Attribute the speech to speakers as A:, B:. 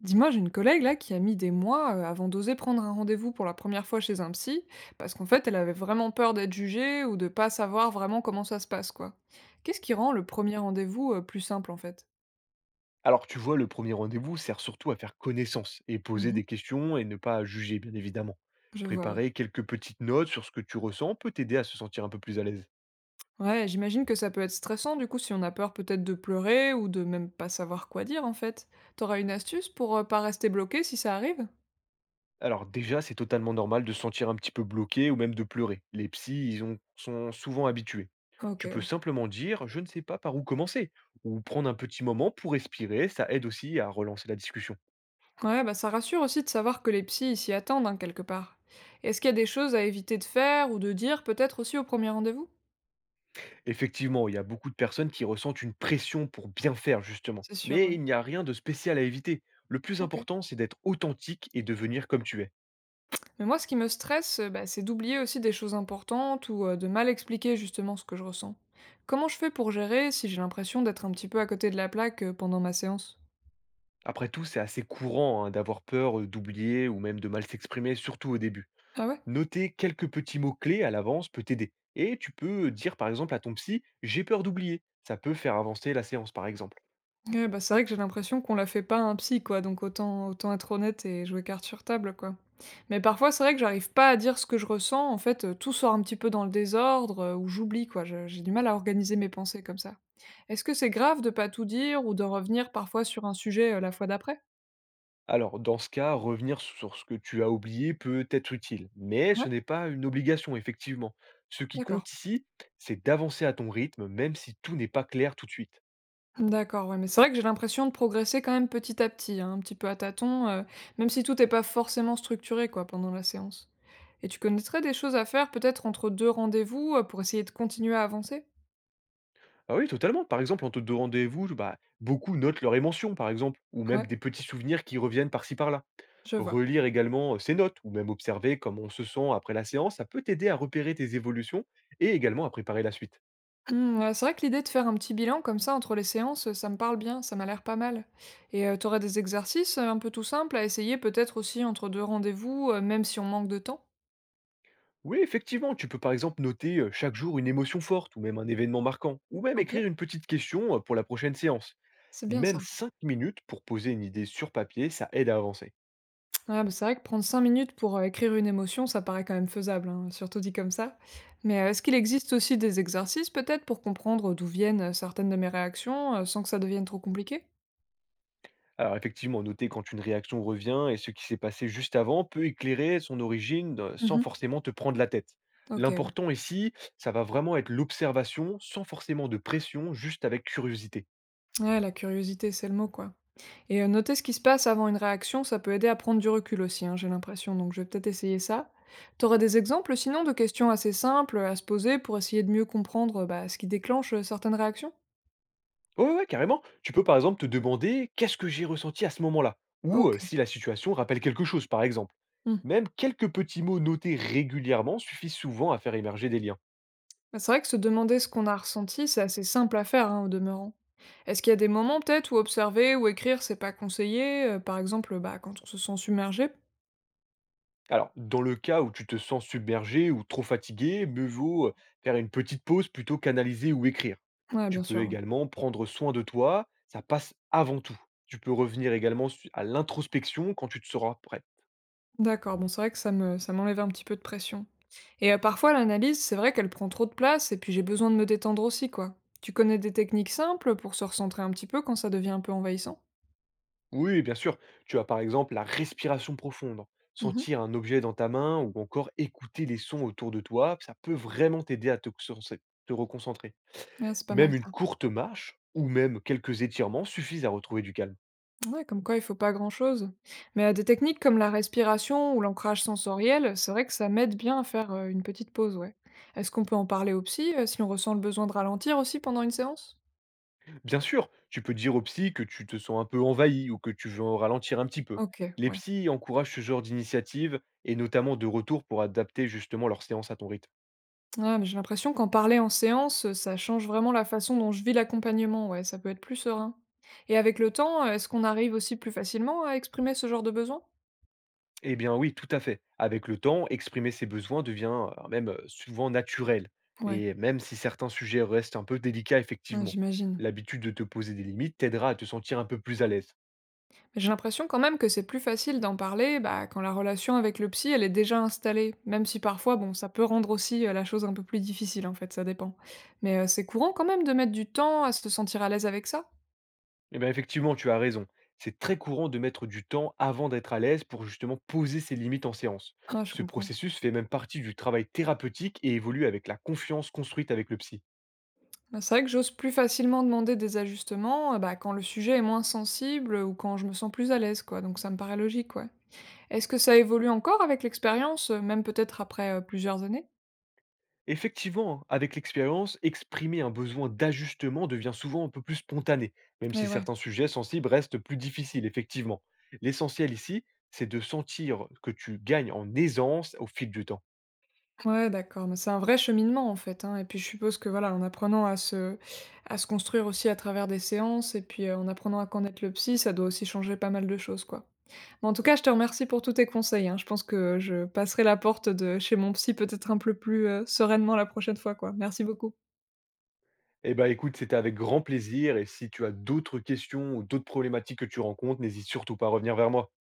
A: Dis-moi, j'ai une collègue là qui a mis des mois avant d'oser prendre un rendez-vous pour la première fois chez un psy, parce qu'en fait, elle avait vraiment peur d'être jugée ou de pas savoir vraiment comment ça se passe, quoi. Qu'est-ce qui rend le premier rendez-vous plus simple, en fait?
B: Alors, tu vois, le premier rendez-vous sert surtout à faire connaissance et poser
A: Mhm.
B: des questions et ne pas juger, bien évidemment.
A: Je vois, ouais.
B: Préparer quelques petites notes sur ce que tu ressens peut t'aider à se sentir un peu plus à l'aise.
A: Ouais, j'imagine que ça peut être stressant, du coup, si on a peur peut-être de pleurer ou de même pas savoir quoi dire, en fait. T'auras une astuce pour pas rester bloqué si ça arrive?
B: Alors déjà, c'est totalement normal de se sentir un petit peu bloqué ou même de pleurer. Les psys, sont souvent habitués.
A: Ok,
B: Tu peux
A: ouais.
B: simplement dire «je ne sais pas par où commencer» ou prendre un petit moment pour respirer, ça aide aussi à relancer la discussion.
A: Ouais, bah ça rassure aussi de savoir que les psys ils s'y attendent, hein, quelque part. Est-ce qu'il y a des choses à éviter de faire ou de dire peut-être aussi au premier rendez-vous?
B: Effectivement, il y a beaucoup de personnes qui ressentent une pression pour bien faire, justement.
A: C'est sûr,
B: Mais
A: ouais.
B: il n'y a rien de spécial à éviter. Le plus
A: OK.
B: important, c'est d'être authentique et de venir comme tu es.
A: Mais moi, ce qui me stresse, bah, c'est d'oublier aussi des choses importantes ou de mal expliquer justement ce que je ressens. Comment je fais pour gérer si j'ai l'impression d'être un petit peu à côté de la plaque, pendant ma séance?
B: Après tout, c'est assez courant hein, d'avoir peur d'oublier ou même de mal s'exprimer, surtout au début.
A: Ah ouais?
B: Noter quelques petits mots-clés à l'avance peut t'aider. Et tu peux dire par exemple à ton psy, j'ai peur d'oublier. Ça peut faire avancer la séance, par exemple.
A: Ouais, bah, c'est vrai que j'ai l'impression qu'on la fait pas à un psy, quoi, donc autant être honnête et jouer carte sur table, quoi. Mais parfois, c'est vrai que j'arrive pas à dire ce que je ressens, en fait, tout sort un petit peu dans le désordre, ou j'oublie, quoi. Je j'ai du mal à organiser mes pensées comme ça. Est-ce que c'est grave de pas tout dire ou de revenir parfois sur un sujet, la fois d'après?
B: Alors, dans ce cas, revenir sur ce que tu as oublié peut être utile, mais ce
A: Ouais?
B: n'est pas une obligation, effectivement. Ce qui
A: D'accord.
B: compte ici, c'est d'avancer à ton rythme, même si tout n'est pas clair tout de suite.
A: D'accord, ouais, mais c'est vrai que j'ai l'impression de progresser quand même petit à petit, hein, un petit peu à tâtons, même si tout n'est pas forcément structuré quoi pendant la séance. Et tu connaîtrais des choses à faire peut-être entre deux rendez-vous pour essayer de continuer à avancer?
B: Ah oui, totalement. Par exemple, en te de rendez-vous, bah, beaucoup notent leurs émotions, par exemple, ou même
A: Ouais,
B: des petits souvenirs qui reviennent par-ci par-là.
A: je vois.
B: Relire également ses notes, ou même observer comment on se sent après la séance, ça peut t'aider à repérer tes évolutions et également à préparer la suite.
A: Hmm, ouais, c'est vrai que l'idée de faire un petit bilan comme ça entre les séances, ça me parle bien, ça m'a l'air pas mal. Et tu aurais des exercices un peu tout simples à essayer peut-être aussi entre deux rendez-vous, même si on manque de temps.
B: Oui, effectivement, tu peux par exemple noter chaque jour une émotion forte ou même un événement marquant, ou même
A: Ok,
B: écrire une petite question pour la prochaine séance.
A: c'est bien
B: Même
A: ça.
B: 5 minutes pour poser une idée sur papier, ça aide à avancer.
A: Ouais bah, c'est vrai que prendre 5 minutes pour, écrire une émotion, ça paraît quand même faisable, hein, surtout dit comme ça. Mais, est-ce qu'il existe aussi des exercices peut-être pour comprendre d'où viennent, certaines de mes réactions, sans que ça devienne trop compliqué?
B: Alors effectivement, noter quand une réaction revient et ce qui s'est passé juste avant peut éclairer son origine sans
A: Mmh.
B: forcément te prendre la tête.
A: OK, ouais.
B: L'important ici, ça va vraiment être l'observation sans forcément de pression, juste avec curiosité.
A: Ouais, la curiosité, c'est le mot, quoi. Et, noter ce qui se passe avant une réaction, ça peut aider à prendre du recul aussi, hein, j'ai l'impression, donc je vais peut-être essayer ça. T'aurais des exemples sinon de questions assez simples, à se poser pour essayer de mieux comprendre, bah, ce qui déclenche, certaines réactions?
B: Ouais, ouais, carrément. Tu peux par exemple te demander qu'est-ce que j'ai ressenti à ce moment-là ou
A: OK.
B: si la situation rappelle quelque chose, par exemple.
A: Mmh.
B: Même quelques petits mots notés régulièrement suffisent souvent à faire émerger des liens.
A: Bah, c'est vrai que se demander ce qu'on a ressenti, c'est assez simple à faire, hein, au demeurant. Est-ce qu'il y a des moments peut-être où observer ou écrire, c'est pas conseillé par exemple, bah, quand on se sent submergé?
B: Alors, dans le cas où tu te sens submergé ou trop fatigué, mieux vaut faire une petite pause plutôt qu'analyser ou écrire.
A: Ouais,
B: Tu
A: bien
B: peux
A: sûr. Ouais.
B: également prendre soin de toi, ça passe avant tout. Tu peux revenir également à l'introspection quand tu te seras prêt.
A: D'accord, bon, c'est vrai que ça m'enlève un petit peu de pression. Et parfois, l'analyse, c'est vrai qu'elle prend trop de place, et puis j'ai besoin de me détendre aussi, quoi. Tu connais des techniques simples pour se recentrer un petit peu quand ça devient un peu envahissant?
B: Oui, bien sûr. Tu as par exemple la respiration profonde,
A: Mhm.
B: sentir un objet dans ta main ou encore écouter les sons autour de toi, ça peut vraiment t'aider à te reconcentrer.
A: Ouais, c'est pas mal
B: Même une
A: ça.
B: courte marche ou même quelques étirements suffisent à retrouver du calme.
A: Ouais, comme quoi il faut pas grand-chose. Mais des techniques comme la respiration ou l'ancrage sensoriel, c'est vrai que ça m'aide bien à faire une petite pause, ouais. Est-ce qu'on peut en parler au psy si on ressent le besoin de ralentir aussi pendant une séance?
B: Bien sûr, tu peux dire au psy que tu te sens un peu envahi ou que tu veux en ralentir un petit peu.
A: Ok,
B: Les
A: ouais.
B: psys encouragent ce genre d'initiative et notamment de retour pour adapter justement leur séance à ton rythme.
A: Ouais, mais j'ai l'impression qu'en parler en séance, ça change vraiment la façon dont je vis l'accompagnement, ouais, ça peut être plus serein. Et avec le temps, est-ce qu'on arrive aussi plus facilement à exprimer ce genre de besoin?
B: Eh bien oui, tout à fait. Avec le temps, exprimer ses besoins devient même souvent naturel.
A: Ouais,
B: Et même si certains sujets restent un peu délicats,
A: ouais,
B: effectivement,
A: j'imagine.
B: l'habitude de te poser des limites t'aidera à te sentir un peu plus à l'aise.
A: J'ai l'impression quand même que c'est plus facile d'en parler bah, quand la relation avec le psy, elle est déjà installée, même si parfois, bon, ça peut rendre aussi la chose un peu plus difficile, en fait, ça dépend. Mais c'est courant quand même de mettre du temps à se sentir à l'aise avec ça.
B: Eh bien effectivement, tu as raison. C'est très courant de mettre du temps avant d'être à l'aise pour justement poser ses limites en séance.
A: Ah, je
B: Ce
A: comprends.
B: processus fait même partie du travail thérapeutique et évolue avec la confiance construite avec le psy.
A: Bah, c'est vrai que j'ose plus facilement demander des ajustements bah, quand le sujet est moins sensible ou quand je me sens plus à l'aise, quoi, donc ça me paraît logique, ouais. Est-ce que ça évolue encore avec l'expérience, même peut-être après plusieurs années?
B: Effectivement, avec l'expérience, exprimer un besoin d'ajustement devient souvent un peu plus spontané, même
A: Eh
B: si
A: ouais.
B: certains sujets sensibles restent plus difficiles, effectivement. L'essentiel ici, c'est de sentir que tu gagnes en aisance au fil du temps.
A: Ouais, d'accord, mais c'est un vrai cheminement en fait, hein, et puis je suppose que voilà, en apprenant à se construire aussi à travers des séances et puis, en apprenant à connaître le psy, ça doit aussi changer pas mal de choses, quoi. Mais en tout cas, je te remercie pour tous tes conseils, hein. Je pense que je passerai la porte de chez mon psy peut-être un peu plus, sereinement la prochaine fois, quoi. Merci beaucoup.
B: Eh ben écoute, c'était avec grand plaisir, et si tu as d'autres questions ou d'autres problématiques que tu rencontres, n'hésite surtout pas à revenir vers moi.